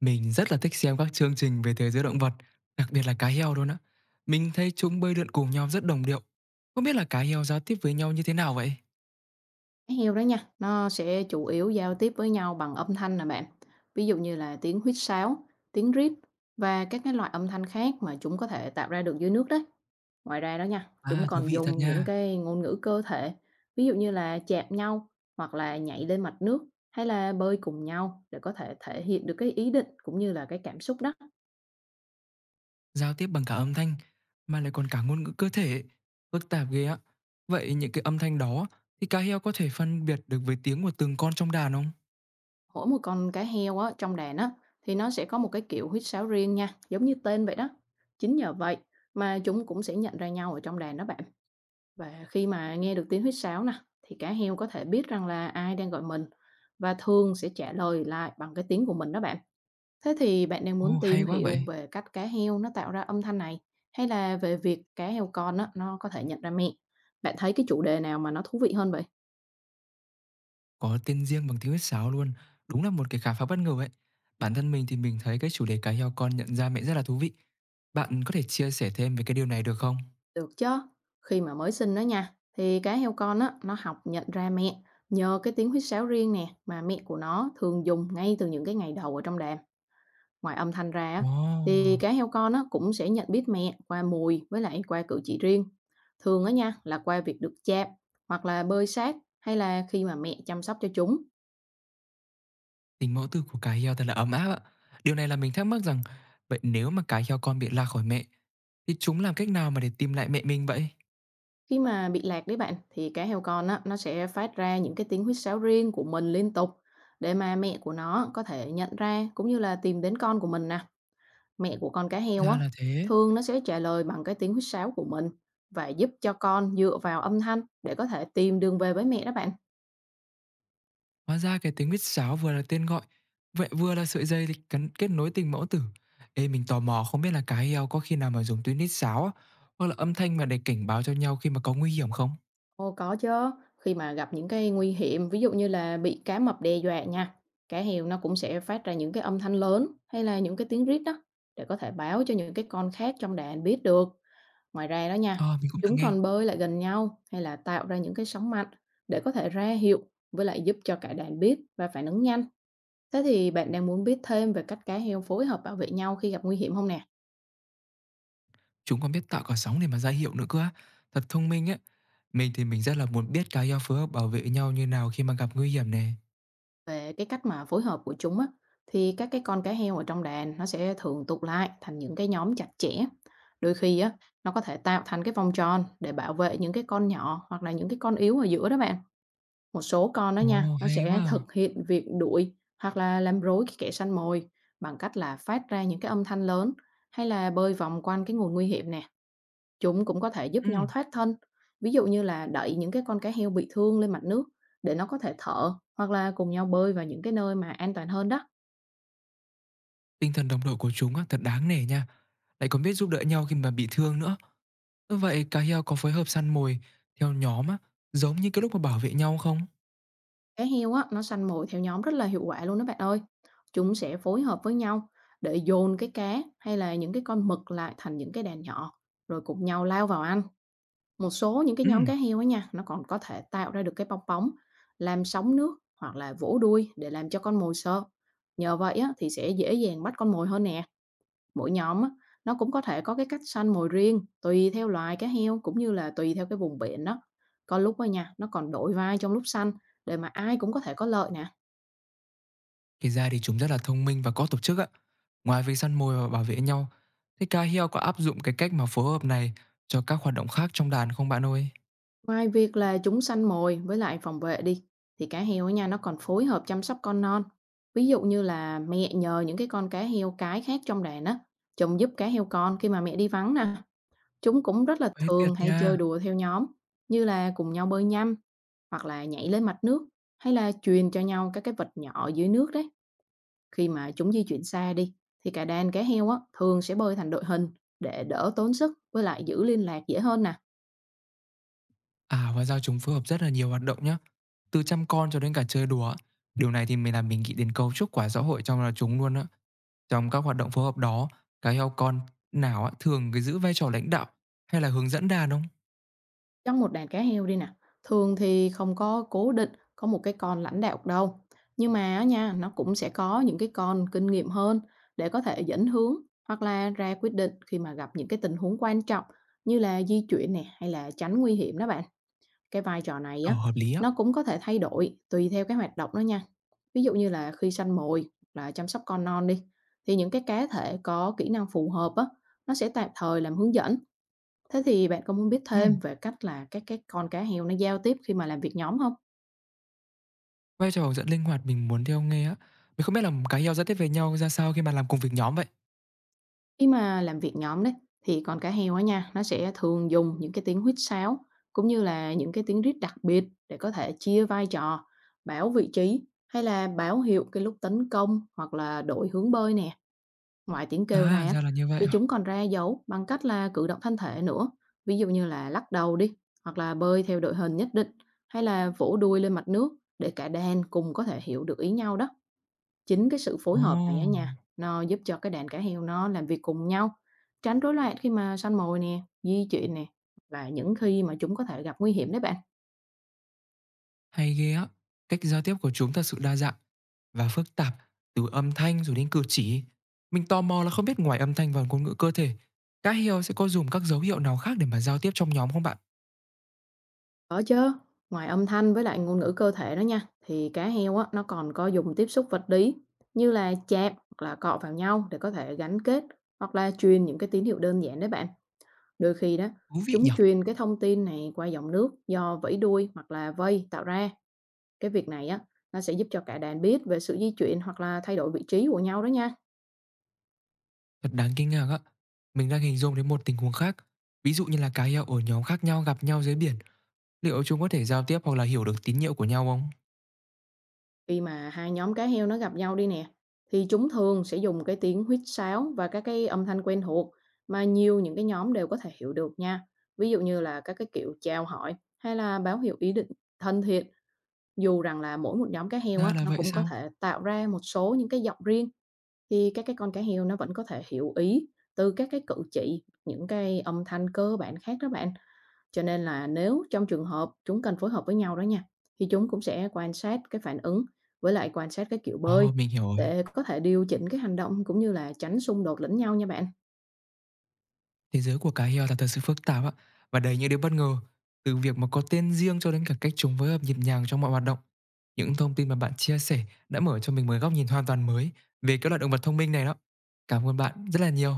Mình rất là thích xem các chương trình về thế giới động vật, đặc biệt là cá heo luôn á. Mình thấy chúng bơi lượn cùng nhau rất đồng điệu. Không biết là cá heo giao tiếp với nhau như thế nào vậy? Heo đó nha, nó sẽ chủ yếu giao tiếp với nhau bằng âm thanh nè bạn. Ví dụ như là tiếng huýt sáo, tiếng rít và các cái loại âm thanh khác mà chúng có thể tạo ra được dưới nước đấy. Ngoài ra đó nha, chúng À, thú còn vị thật dùng những nha. cái ngôn ngữ cơ thể, ví dụ như là chạm nhau hoặc là nhảy lên mặt nước hay là bơi cùng nhau để có thể thể hiện được cái ý định cũng như là cái cảm xúc đó. Giao tiếp bằng cả âm thanh, mà lại còn cả ngôn ngữ cơ thể. Phức tạp ghê á. Vậy những cái âm thanh đó thì cá heo có thể phân biệt được với tiếng của từng con trong đàn không? Mỗi một con cá heo á, trong đàn á, thì nó sẽ có một cái kiểu huýt sáo riêng nha, giống như tên vậy đó. Chính nhờ vậy mà chúng cũng sẽ nhận ra nhau ở trong đàn đó bạn. Và khi mà nghe được tiếng huýt sáo nè, thì cá heo có thể biết rằng là ai đang gọi mình và thường sẽ trả lời lại bằng cái tiếng của mình đó bạn. Thế thì bạn đang Ồ, muốn hay tìm quá vậy. hiểu về cách cá heo nó tạo ra âm thanh này, hay là về việc cá heo con á, nó có thể nhận ra mẹ. Bạn thấy cái chủ đề nào mà nó thú vị hơn vậy? Có tên riêng bằng tiếng huyết sáo luôn, đúng là một cái khám phá bất ngờ ấy. Bản thân mình thấy cái chủ đề cá heo con nhận ra mẹ rất là thú vị. Bạn có thể chia sẻ thêm về cái điều này được không? Được chứ, khi mà mới sinh đó nha, thì cá heo con á, nó học nhận ra mẹ nhờ cái tiếng huýt sáo riêng nè mà mẹ của nó thường dùng ngay từ những cái ngày đầu ở trong đàn. Ngoài âm thanh ra á, thì Wow, cá heo con á, cũng sẽ nhận biết mẹ qua mùi với lại qua cử chỉ riêng. Thường á nha là qua việc được chạm hoặc là bơi sát hay là khi mà mẹ chăm sóc cho chúng. tính mẫu tử của cá heo thật là ấm áp ạ. Điều này mình thắc mắc rằng, vậy nếu mà cá heo con bị lạc khỏi mẹ, thì chúng làm cách nào mà để tìm lại mẹ mình vậy? Khi mà bị lạc đấy bạn, thì cá heo con á, nó sẽ phát ra những cái tiếng huýt sáo riêng của mình liên tục để mà mẹ của nó có thể nhận ra cũng như là tìm đến con của mình nè. Mẹ của con cá heo Ra á, là thế. thường nó sẽ trả lời bằng cái tiếng huýt sáo của mình và giúp cho con dựa vào âm thanh để có thể tìm đường về với mẹ đó bạn. Hóa ra cái tiếng huýt sáo vừa là tên gọi, vậy vừa là sợi dây cắn kết nối tình mẫu tử. Ê, mình tò mò không biết là cá heo có khi nào mà dùng tiếng huýt sáo á, hoặc là âm thanh mà để cảnh báo cho nhau khi mà có nguy hiểm không? Ồ có chứ, khi mà gặp những cái nguy hiểm, ví dụ như là bị cá mập đe dọa nha, cá heo nó cũng sẽ phát ra những cái âm thanh lớn hay là những cái tiếng rít đó để có thể báo cho những cái con khác trong đàn biết được. Ngoài ra đó nha, Ờ, mình cũng từng chúng nghe. còn bơi lại gần nhau hay là tạo ra những cái sóng mạnh để có thể ra hiệu với lại giúp cho cả đàn biết và phản ứng nhanh. Thế thì bạn đang muốn biết thêm về cách cá heo phối hợp bảo vệ nhau khi gặp nguy hiểm không nè? Chúng còn biết tạo cả sóng để mà ra hiệu nữa cơ á. Thật thông minh á. Mình rất là muốn biết cá heo phối hợp bảo vệ nhau như nào khi mà gặp nguy hiểm này. Về cái cách mà phối hợp của chúng á, thì các cái con cá heo ở trong đàn nó sẽ thường tụ lại thành những cái nhóm chặt chẽ. Đôi khi á, nó có thể tạo thành cái vòng tròn để bảo vệ những cái con nhỏ hoặc là những cái con yếu ở giữa đó bạn. Một số con đó nha, Ồ, nó hay quá sẽ à. thực hiện việc đuổi hoặc là làm rối cái kẻ săn mồi bằng cách là phát ra những cái âm thanh lớn hay là bơi vòng quanh cái nguồn nguy hiểm nè. Chúng cũng có thể giúp Ừ. nhau thoát thân, ví dụ như là đẩy những cái con cá heo bị thương lên mặt nước để nó có thể thở, hoặc là cùng nhau bơi vào những cái nơi mà an toàn hơn đó. Tinh thần đồng đội của chúng á, thật đáng nể nha, lại còn biết giúp đỡ nhau khi mà bị thương nữa. Ơ, vậy cá heo có phối hợp săn mồi theo nhóm á, giống như cái lúc mà bảo vệ nhau không? Cá heo á, nó săn mồi theo nhóm rất là hiệu quả luôn đó bạn ơi. Chúng sẽ phối hợp với nhau để dồn cái cá hay là những cái con mực lại thành những cái đàn nhỏ, rồi cùng nhau lao vào ăn. Một số những cái Ừ, nhóm cá heo ấy nha, nó còn có thể tạo ra được cái bong bóng, làm sóng nước hoặc là vỗ đuôi để làm cho con mồi sợ. Nhờ vậy á, thì sẽ dễ dàng bắt con mồi hơn nè. Mỗi nhóm á, nó cũng có thể có cái cách săn mồi riêng, tùy theo loài cá heo cũng như là tùy theo cái vùng biển đó. Có lúc á nha, nó còn đổi vai trong lúc săn để mà ai cũng có thể có lợi nè. kể ra thì chúng rất là thông minh và có tổ chức ạ. Ngoài việc săn mồi và bảo vệ nhau, thế cá heo có áp dụng cái cách mà phối hợp này cho các hoạt động khác trong đàn không bạn ơi? Ngoài việc là chúng săn mồi với lại phòng vệ đi, thì cá heo á nha nó còn phối hợp chăm sóc con non. Ví dụ như là mẹ nhờ những cái con cá heo cái khác trong đàn á, chồng giúp cá heo con khi mà mẹ đi vắng nè. Chúng cũng rất là Ê, tuyệt thường hay nha! chơi đùa theo nhóm, như là cùng nhau bơi nhăm hoặc là nhảy lên mặt nước hay là truyền cho nhau các cái vật nhỏ dưới nước đấy. Khi mà chúng di chuyển xa đi, thì cả đàn cá heo á, thường sẽ bơi thành đội hình để đỡ tốn sức với lại giữ liên lạc dễ hơn nè. À, hóa ra chúng phối hợp rất là nhiều hoạt động nhá, từ chăm con cho đến cả chơi đùa. Điều này thì mình nghĩ đến cấu trúc quả xã hội trong là chúng luôn á. Trong các hoạt động phối hợp đó, cá heo con nào á thường cái giữ vai trò lãnh đạo hay là hướng dẫn đàn không? Trong một đàn cá heo đi nè, thường thì không có cố định có một cái con lãnh đạo đâu. Nhưng mà á nha, nó cũng sẽ có những cái con kinh nghiệm hơn để có thể dẫn hướng hoặc là ra quyết định khi mà gặp những cái tình huống quan trọng, như là di chuyển nè hay là tránh nguy hiểm đó bạn. Cái vai trò này Ờ, á, hợp lý á. nó cũng có thể thay đổi tùy theo cái hoạt động đó nha. Ví dụ như là khi săn mồi, hoặc là chăm sóc con non đi, thì những cái cá thể có kỹ năng phù hợp á, nó sẽ tạm thời làm hướng dẫn. Thế thì bạn có muốn biết Ừm, thêm về cách là các cái con cá heo nó giao tiếp khi mà làm việc nhóm không? Vai trò hướng dẫn linh hoạt mình muốn theo nghe á. Mình không biết là cá heo giao tiếp với nhau ra sao khi mà làm cùng việc nhóm vậy? Khi mà làm việc nhóm đấy, thì con cá heo á nha, nó sẽ thường dùng những cái tiếng huýt sáo, cũng như là những cái tiếng rít đặc biệt để có thể chia vai trò, báo vị trí hay là báo hiệu cái lúc tấn công hoặc là đổi hướng bơi nè. Ngoài tiếng kêu À, ra ra là như vậy thì à? chúng còn ra dấu bằng cách là cử động thân thể nữa, ví dụ như là lắc đầu đi, hoặc là bơi theo đội hình nhất định, hay là vỗ đuôi lên mặt nước để cả đàn cùng có thể hiểu được ý nhau đó. Chính cái sự Ồ, phối hợp này á nha, nó giúp cho cái đàn cá heo nó làm việc cùng nhau, tránh rối loạn khi mà săn mồi nè, di chuyển nè, và những khi mà chúng có thể gặp nguy hiểm đấy bạn. hay ghê á. Cách giao tiếp của chúng thật sự đa dạng và phức tạp, từ âm thanh rồi đến cử chỉ. Mình tò mò là không biết ngoài âm thanh và ngôn ngữ cơ thể, cá heo sẽ có dùng các dấu hiệu nào khác để mà giao tiếp trong nhóm không bạn? Có chứ, ngoài âm thanh với lại ngôn ngữ cơ thể đó nha, thì cá heo á, nó còn có dùng tiếp xúc vật lý như là chạm hoặc là cọ vào nhau để có thể gắn kết hoặc là truyền những cái tín hiệu đơn giản đấy bạn. Đôi khi đó, Thú vị nhỉ? chúng truyền cái thông tin này qua dòng nước do vẫy đuôi hoặc là vây tạo ra. Cái việc này á, nó sẽ giúp cho cả đàn biết về sự di chuyển hoặc là thay đổi vị trí của nhau đó nha. Thật đáng kinh ngạc á. Mình đang hình dung đến một tình huống khác. Ví dụ như là cá heo ở nhóm khác nhau gặp nhau dưới biển, liệu chúng có thể giao tiếp hoặc là hiểu được tín hiệu của nhau không? Khi mà hai nhóm cá heo nó gặp nhau đi nè, thì chúng thường sẽ dùng cái tiếng huýt sáo và các cái âm thanh quen thuộc mà nhiều những cái nhóm đều có thể hiểu được nha. Ví dụ như là các cái kiểu chào hỏi hay là báo hiệu ý định thân thiện, dù rằng là mỗi một nhóm cá heo Ra á, là nó vậy cũng có sao? thể tạo ra một số những cái giọng riêng, thì các cái con cá heo nó vẫn có thể hiểu ý từ các cái cử chỉ, những cái âm thanh cơ bản khác đó bạn. Cho nên là nếu trong trường hợp chúng cần phối hợp với nhau đó nha, thì chúng cũng sẽ quan sát cái phản ứng với lại quan sát cái kiểu Ồ, bơi mình hiểu rồi. để có thể điều chỉnh cái hành động cũng như là tránh xung đột lẫn nhau nha bạn. Thế giới của cá heo là thật sự phức tạp á và đầy những điều bất ngờ, từ việc mà có tên riêng cho đến cả cách chúng phối hợp nhịp nhàng trong mọi hoạt động. Những thông tin mà bạn chia sẻ đã mở cho mình một góc nhìn hoàn toàn mới về các loại động vật thông minh này đó. Cảm ơn bạn rất là nhiều.